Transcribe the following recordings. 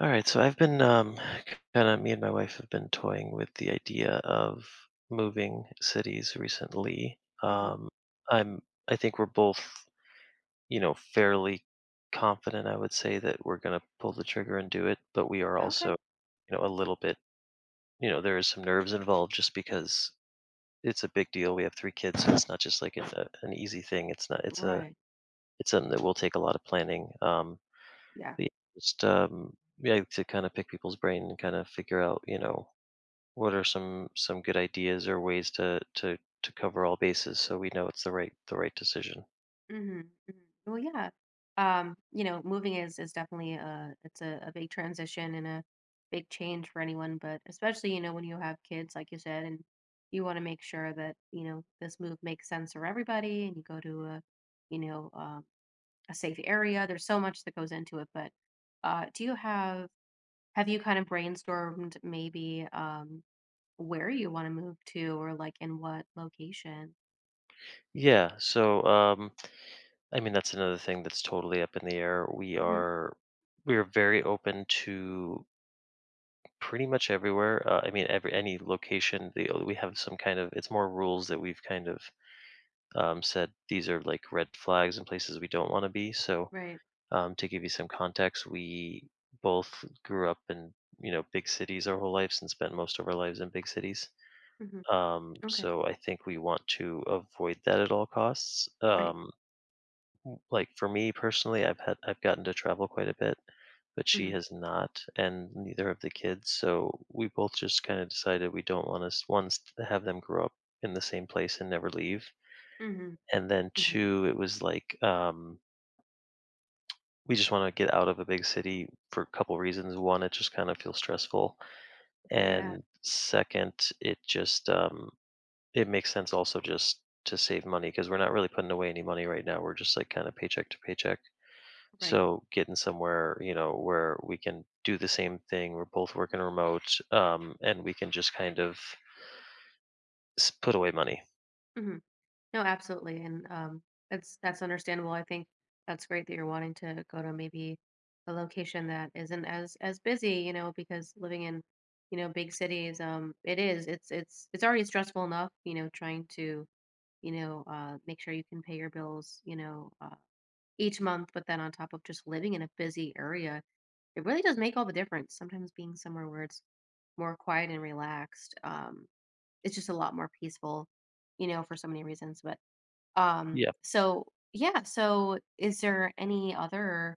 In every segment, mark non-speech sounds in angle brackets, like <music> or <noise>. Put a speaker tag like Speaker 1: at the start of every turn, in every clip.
Speaker 1: All right, so I've been kind of me and my wife have been toying with the idea of moving cities recently.
Speaker 2: Mhm.
Speaker 1: I'm I think we're both fairly confident. I would say that we're gonna pull the trigger and do it, but we are
Speaker 2: Okay.
Speaker 1: also a little bit there is some nerves involved just because it's a big deal. We have three kids, so it's not just like an easy thing. It's not it's a
Speaker 2: Right.
Speaker 1: it's something that will take a lot of planning.
Speaker 2: Yeah.
Speaker 1: But yeah, to kind of pick people's brain and kind of figure out, what are some good ideas or ways to cover all bases so we know it's the right decision.
Speaker 2: hmm hmm Well, yeah. You know, moving is definitely a big transition and a big change for anyone, but especially, you know, when you have kids, like you said, and you want to make sure that, you know, this move makes sense for everybody and you go to you know, um, a safe area. There's so much that goes into it, but do you have you kind of brainstormed maybe where you want to move to, or like, in what location?
Speaker 1: Yeah, so I mean that's another thing that's totally up in the air.
Speaker 2: hmm
Speaker 1: We are very open to pretty much everywhere. I mean every any location. We have some kind of it's more rules that we've kind of said these are like red flags and places we don't want to be. So
Speaker 2: Right.
Speaker 1: To give you some context, we both grew up in big cities our whole lives and spent most of our lives in big cities.
Speaker 2: hmm Okay.
Speaker 1: So I think we want to avoid that at all costs.
Speaker 2: Right.
Speaker 1: Like for me personally, I've gotten to travel quite a bit, but she
Speaker 2: hmm
Speaker 1: has not, and neither of the kids. So we both just kind of decided we don't want to once have them grow up in the same place and never leave.
Speaker 2: hmm
Speaker 1: And then
Speaker 2: hmm
Speaker 1: two, it was like we just want to get out of a big city for a couple reasons. One, it just kind of feels stressful,
Speaker 2: Yeah.
Speaker 1: and second, it just it makes sense also just to save money because we're not really putting away any money right now. We're just like kind of paycheck to paycheck.
Speaker 2: Right.
Speaker 1: So getting somewhere, where we can do the same thing. We're both working remote, and we can just kind of put away money.
Speaker 2: hmm No, absolutely. And that's understandable. I think that's great that you're wanting to go to maybe a location that isn't as busy, you know, because living in, you know, big cities, it is. It's already stressful enough, you know, trying to, you know, make sure you can pay your bills, you know, each month. But then on top of just living in a busy area, it really does make all the difference. Sometimes being somewhere where it's more quiet and relaxed, it's just a lot more peaceful, you know, for so many reasons. But
Speaker 1: Yeah,
Speaker 2: so Yeah, so is there any other,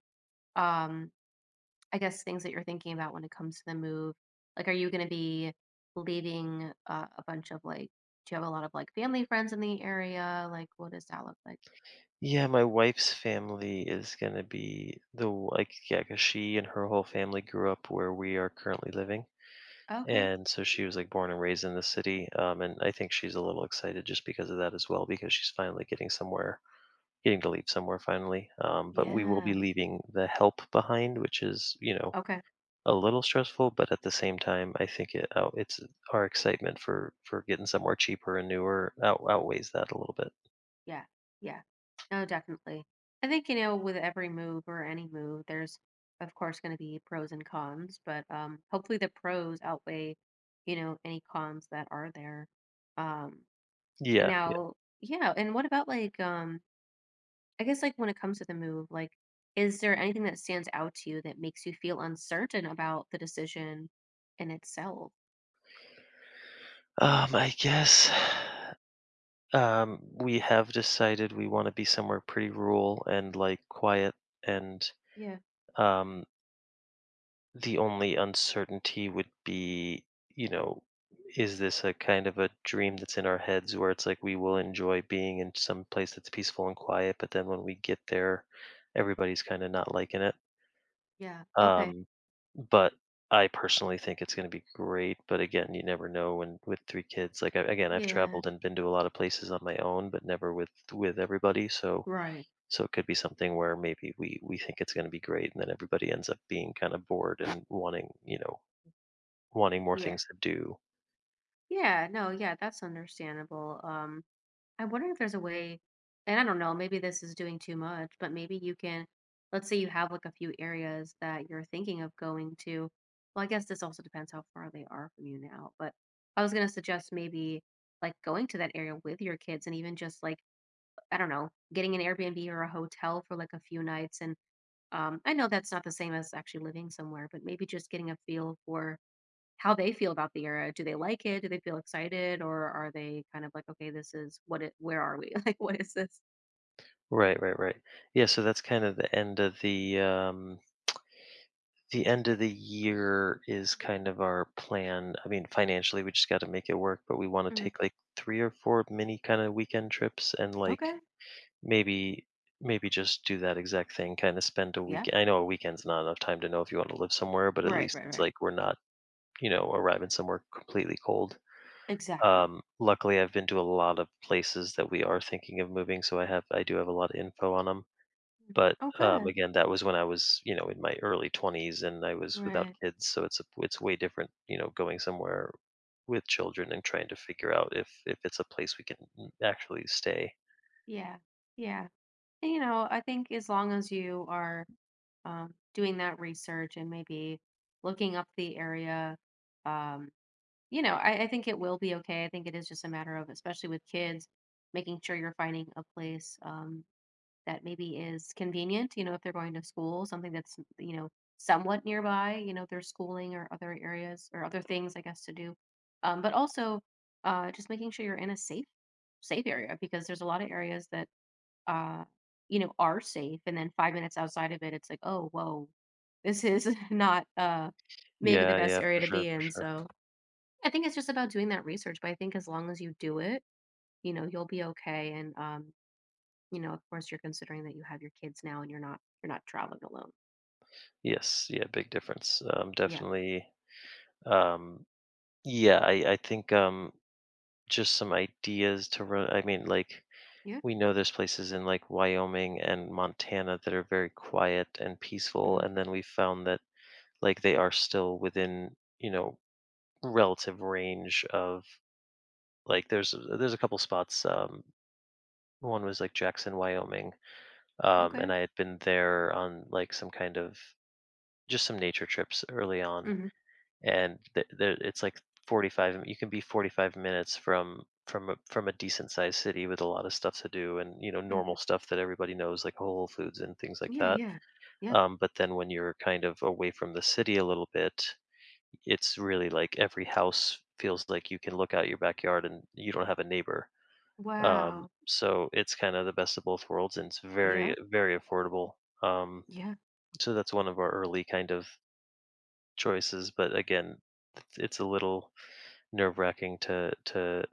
Speaker 2: um, I guess, things that you're thinking about when it comes to the move? Like, are you going to be leaving a bunch of like? Do you have a lot of like family friends in the area? Like, what does that look like?
Speaker 1: Yeah, my wife's family is gonna be the like yeah, 'cause she and her whole family grew up where we are currently living,
Speaker 2: Okay.
Speaker 1: and so she was like born and raised in the city, and I think she's a little excited just because of that as well because she's finally getting somewhere, getting to leave somewhere finally. But we will be
Speaker 2: Yeah.
Speaker 1: leaving the help behind, which is
Speaker 2: Okay.
Speaker 1: a little stressful, but at the same time I think it's our excitement for getting somewhere cheaper and newer outweighs that a little bit.
Speaker 2: Yeah, yeah. No, definitely. I think, you know, with every move or any move, there's of course going to be pros and cons, but hopefully the pros outweigh, you know, any cons that are there. Um and
Speaker 1: yeah yeah
Speaker 2: now, yeah, and what about like, I guess, like, when it comes to the move, like, is there anything that stands out to you that makes you feel uncertain about the decision in itself?
Speaker 1: um, I guess <sighs> we have decided we want to be somewhere pretty rural and like quiet, and
Speaker 2: Yeah.
Speaker 1: um the only uncertainty would be, you know, is this a kind of a dream that's in our heads where it's like we will enjoy being in some place that's peaceful and quiet, but then when we get there, everybody's kind of not liking it.
Speaker 2: Yeah. Okay.
Speaker 1: Um, but I personally think it's going to be great. But again, you never know. When with three kids, like again, I've
Speaker 2: Yeah.
Speaker 1: traveled and been to a lot of places on my own, but never with everybody. So
Speaker 2: Right.
Speaker 1: so it could be something where maybe we think it's going to be great, and then everybody ends up being kind of bored and wanting wanting more
Speaker 2: Yeah.
Speaker 1: things to do.
Speaker 2: Yeah, no, yeah, that's understandable. I wonder if there's a way, and I don't know, maybe this is doing too much, but maybe you can, let's say you have like a few areas that you're thinking of going to. Well, I guess this also depends how far they are from you now, but I was going to suggest maybe like going to that area with your kids and even just like, I don't know, getting an Airbnb or a hotel for like a few nights. And I know that's not the same as actually living somewhere, but maybe just getting a feel for how they feel about the era. Do they like it? Do they feel excited? Or are they kind of like, okay, this is what it, where are we? <laughs> Like, what is this?
Speaker 1: Right. Yeah, so that's kind of the end of the end of the year is kind of our plan. I mean, financially we just got to make it work, but we want to
Speaker 2: hmm
Speaker 1: take like 3 or 4 mini kind of weekend trips and like
Speaker 2: Okay.
Speaker 1: maybe maybe just do that exact thing, kind of spend a
Speaker 2: Yeah.
Speaker 1: week. I know a weekend's not enough time to know if you want to live somewhere, but at
Speaker 2: Right.
Speaker 1: least
Speaker 2: Right.
Speaker 1: it's
Speaker 2: Right.
Speaker 1: like we're not, you know, arriving somewhere completely cold.
Speaker 2: Exactly.
Speaker 1: Luckily, I've been to a lot of places that we are thinking of moving, so I do have a lot of info on them.
Speaker 2: Mhm.
Speaker 1: But,
Speaker 2: Oh, good.
Speaker 1: again, that was when I was, you know, in my early 20s and I was without
Speaker 2: Right.
Speaker 1: kids, so it's way different, you know, going somewhere with children and trying to figure out if it's a place we can actually stay.
Speaker 2: Yeah. Yeah. And, you know, I think as long as you are doing that research and maybe looking up the area, um, you know, I think it will be okay. I think it is just a matter of, especially with kids, making sure you're finding a place. That maybe is convenient, you know, if they're going to school, something that's, you know, somewhat nearby, you know, their schooling or other areas or other things, I guess, to do. But also, just making sure you're in a safe area, because there's a lot of areas that, uh, you know, are safe. And then 5 minutes outside of it, it's like, oh, whoa, this is <laughs> not maybe the
Speaker 1: Yeah,
Speaker 2: best area
Speaker 1: for
Speaker 2: to
Speaker 1: sure,
Speaker 2: be
Speaker 1: for
Speaker 2: in.
Speaker 1: sure.
Speaker 2: So I think it's just about doing that research. But I think as long as you do it, you know, you'll be okay. And you know, of course, you're considering that you have your kids now and you're not traveling alone.
Speaker 1: Yes, yeah, big difference.
Speaker 2: Yeah.
Speaker 1: Definitely. Um, yeah, I think, just some ideas to run I mean, like
Speaker 2: Yeah.
Speaker 1: we know there's places in like Wyoming and Montana that are very quiet and peaceful,
Speaker 2: hmm
Speaker 1: and then we found that like they are still within you know relative range of like there's a couple spots. One was like Jackson, Wyoming,
Speaker 2: Okay.
Speaker 1: and I had been there on like some kind of just some nature trips early on,
Speaker 2: hmm
Speaker 1: and there it's like 45 you can be 45 minutes from from a decent sized city with a lot of stuff to do, and you know normal
Speaker 2: hmm
Speaker 1: stuff that everybody knows like Whole Foods and things like
Speaker 2: Yeah.
Speaker 1: that.
Speaker 2: Yeah. Yeah.
Speaker 1: But then when you're kind of away from the city a little bit, it's really like every house feels like you can look out your backyard and you don't have a neighbor.
Speaker 2: Wow.
Speaker 1: So it's kind of the best of both worlds, and it's
Speaker 2: Yeah.
Speaker 1: very affordable. um,
Speaker 2: Yeah.
Speaker 1: so that's one of our early kind of choices, but again, it's a little nerve wracking to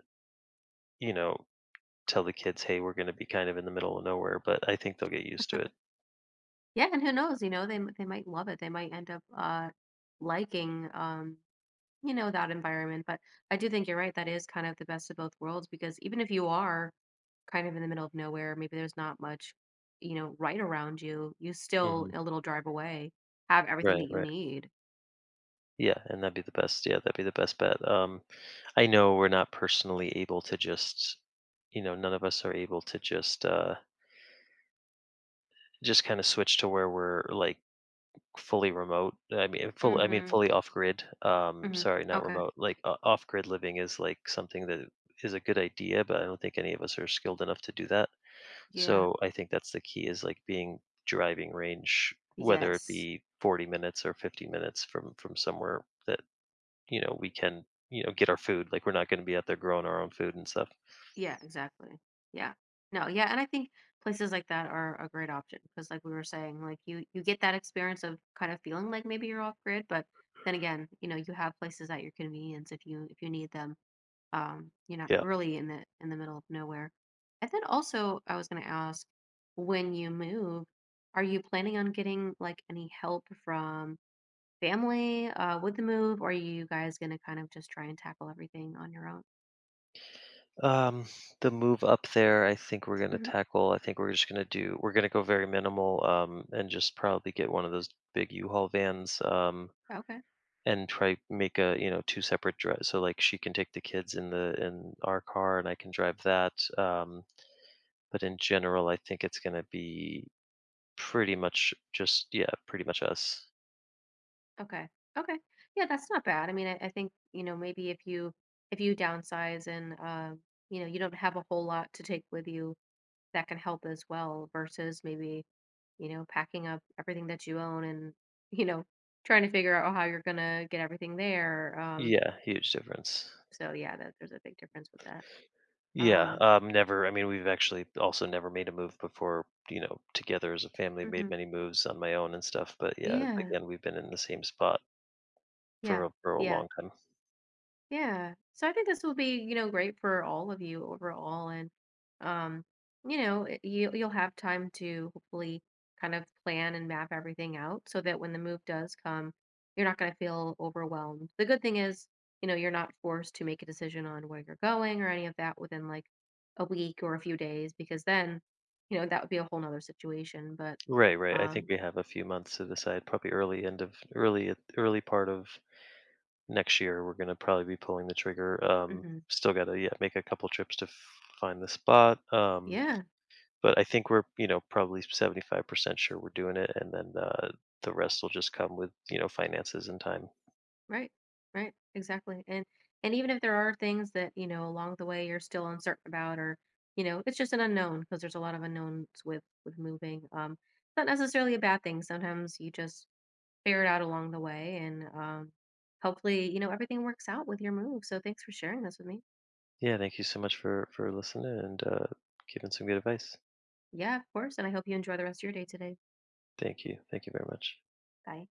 Speaker 1: you know, tell the kids, hey, we're going to be kind of in the middle of nowhere, but I think they'll get used to it.
Speaker 2: Yeah. And who knows? You know, they might love it. They might end up liking you know, that environment. But I do think you're right. That is kind of the best of both worlds, because even if you are kind of in the middle of nowhere, maybe there's not much, you know, right around you. You still
Speaker 1: Hmm.
Speaker 2: a little drive away have everything
Speaker 1: Right,
Speaker 2: that you
Speaker 1: right.
Speaker 2: need.
Speaker 1: Yeah, and that'd be the best. Yeah, that'd be the best bet. I know we're not personally able to just, you know, none of us are able to just kind of switch to where we're like fully remote. I mean
Speaker 2: hmm
Speaker 1: fully off grid. Um,
Speaker 2: hmm
Speaker 1: sorry, not
Speaker 2: Okay.
Speaker 1: remote. Like off grid living is like something that is a good idea, but I don't think any of us are skilled enough to do that.
Speaker 2: Yeah.
Speaker 1: So I think that's the key is like being driving range whether it
Speaker 2: Yes.
Speaker 1: be 40 minutes or 50 minutes from somewhere that, you know, we can, you know, get our food. Like we're not going to be out there growing our own food and stuff.
Speaker 2: Yeah, exactly. Yeah. No, yeah, and I think places like that are a great option because, like we were saying, like, you get that experience of kind of feeling like maybe you're off grid, but then again, you know, you have places at your convenience if you need them. You're not
Speaker 1: Yeah.
Speaker 2: really in the middle of nowhere. And then also, I was gonna ask, when you move, are you planning on getting like any help from family with the move, or are you guys gonna kind of just try and tackle everything on your own?
Speaker 1: Um, the move up there, I think we're gonna
Speaker 2: Mhm.
Speaker 1: tackle. I think we're just gonna do. We're gonna go very minimal, and just probably get one of those big U-Haul vans,
Speaker 2: Okay.
Speaker 1: and try make a you know two separate drives. So like she can take the kids in the in our car, and I can drive that. Um, but in general, I think it's gonna be pretty much just yeah, pretty much us.
Speaker 2: Okay. Okay. Yeah, that's not bad. I mean, I think, you know, maybe if you downsize and you know, you don't have a whole lot to take with you, that can help as well versus maybe, you know, packing up everything that you own, and, you know, trying to figure out how you're gonna get everything there.
Speaker 1: Yeah, huge difference.
Speaker 2: So yeah, that there's a big difference with that.
Speaker 1: Yeah,
Speaker 2: Um,
Speaker 1: never. I mean, we've actually also never made a move before, you know, together as a family, made
Speaker 2: mhm.
Speaker 1: many moves on my own and stuff. But yeah,
Speaker 2: yeah,
Speaker 1: again, we've been in the same spot
Speaker 2: yeah,
Speaker 1: for for a
Speaker 2: yeah.
Speaker 1: long time.
Speaker 2: Yeah. So I think this will be, you know, great for all of you overall. And, um, you know, you, you'll have time to hopefully kind of plan and map everything out so that when the move does come, you're not going to feel overwhelmed. The good thing is, you know, you're not forced to make a decision on where you're going or any of that within like a week or a few days, because then, you know, that would be a whole nother situation. But,
Speaker 1: Right, right. I think
Speaker 2: um,
Speaker 1: we have a few months to decide, probably early part of next year. We're gonna probably be pulling the trigger.
Speaker 2: mhm.
Speaker 1: Still gotta yeah make a couple trips to find the spot.
Speaker 2: yeah.
Speaker 1: But I think we're you know probably 75% sure we're doing it, and then the rest will just come with you know finances and time.
Speaker 2: Right. Right. Exactly. And even if there are things that, you know, along the way you're still uncertain about, or, you know, it's just an unknown because there's a lot of unknowns with moving. Um, it's not necessarily a bad thing. Sometimes you just figure it out along the way, and hopefully, you know, everything works out with your move. So thanks for sharing this with me.
Speaker 1: Yeah, thank you so much for listening and giving some good advice.
Speaker 2: Yeah, of course. And I hope you enjoy the rest of your day today.
Speaker 1: Thank you. Thank you very much.
Speaker 2: Bye.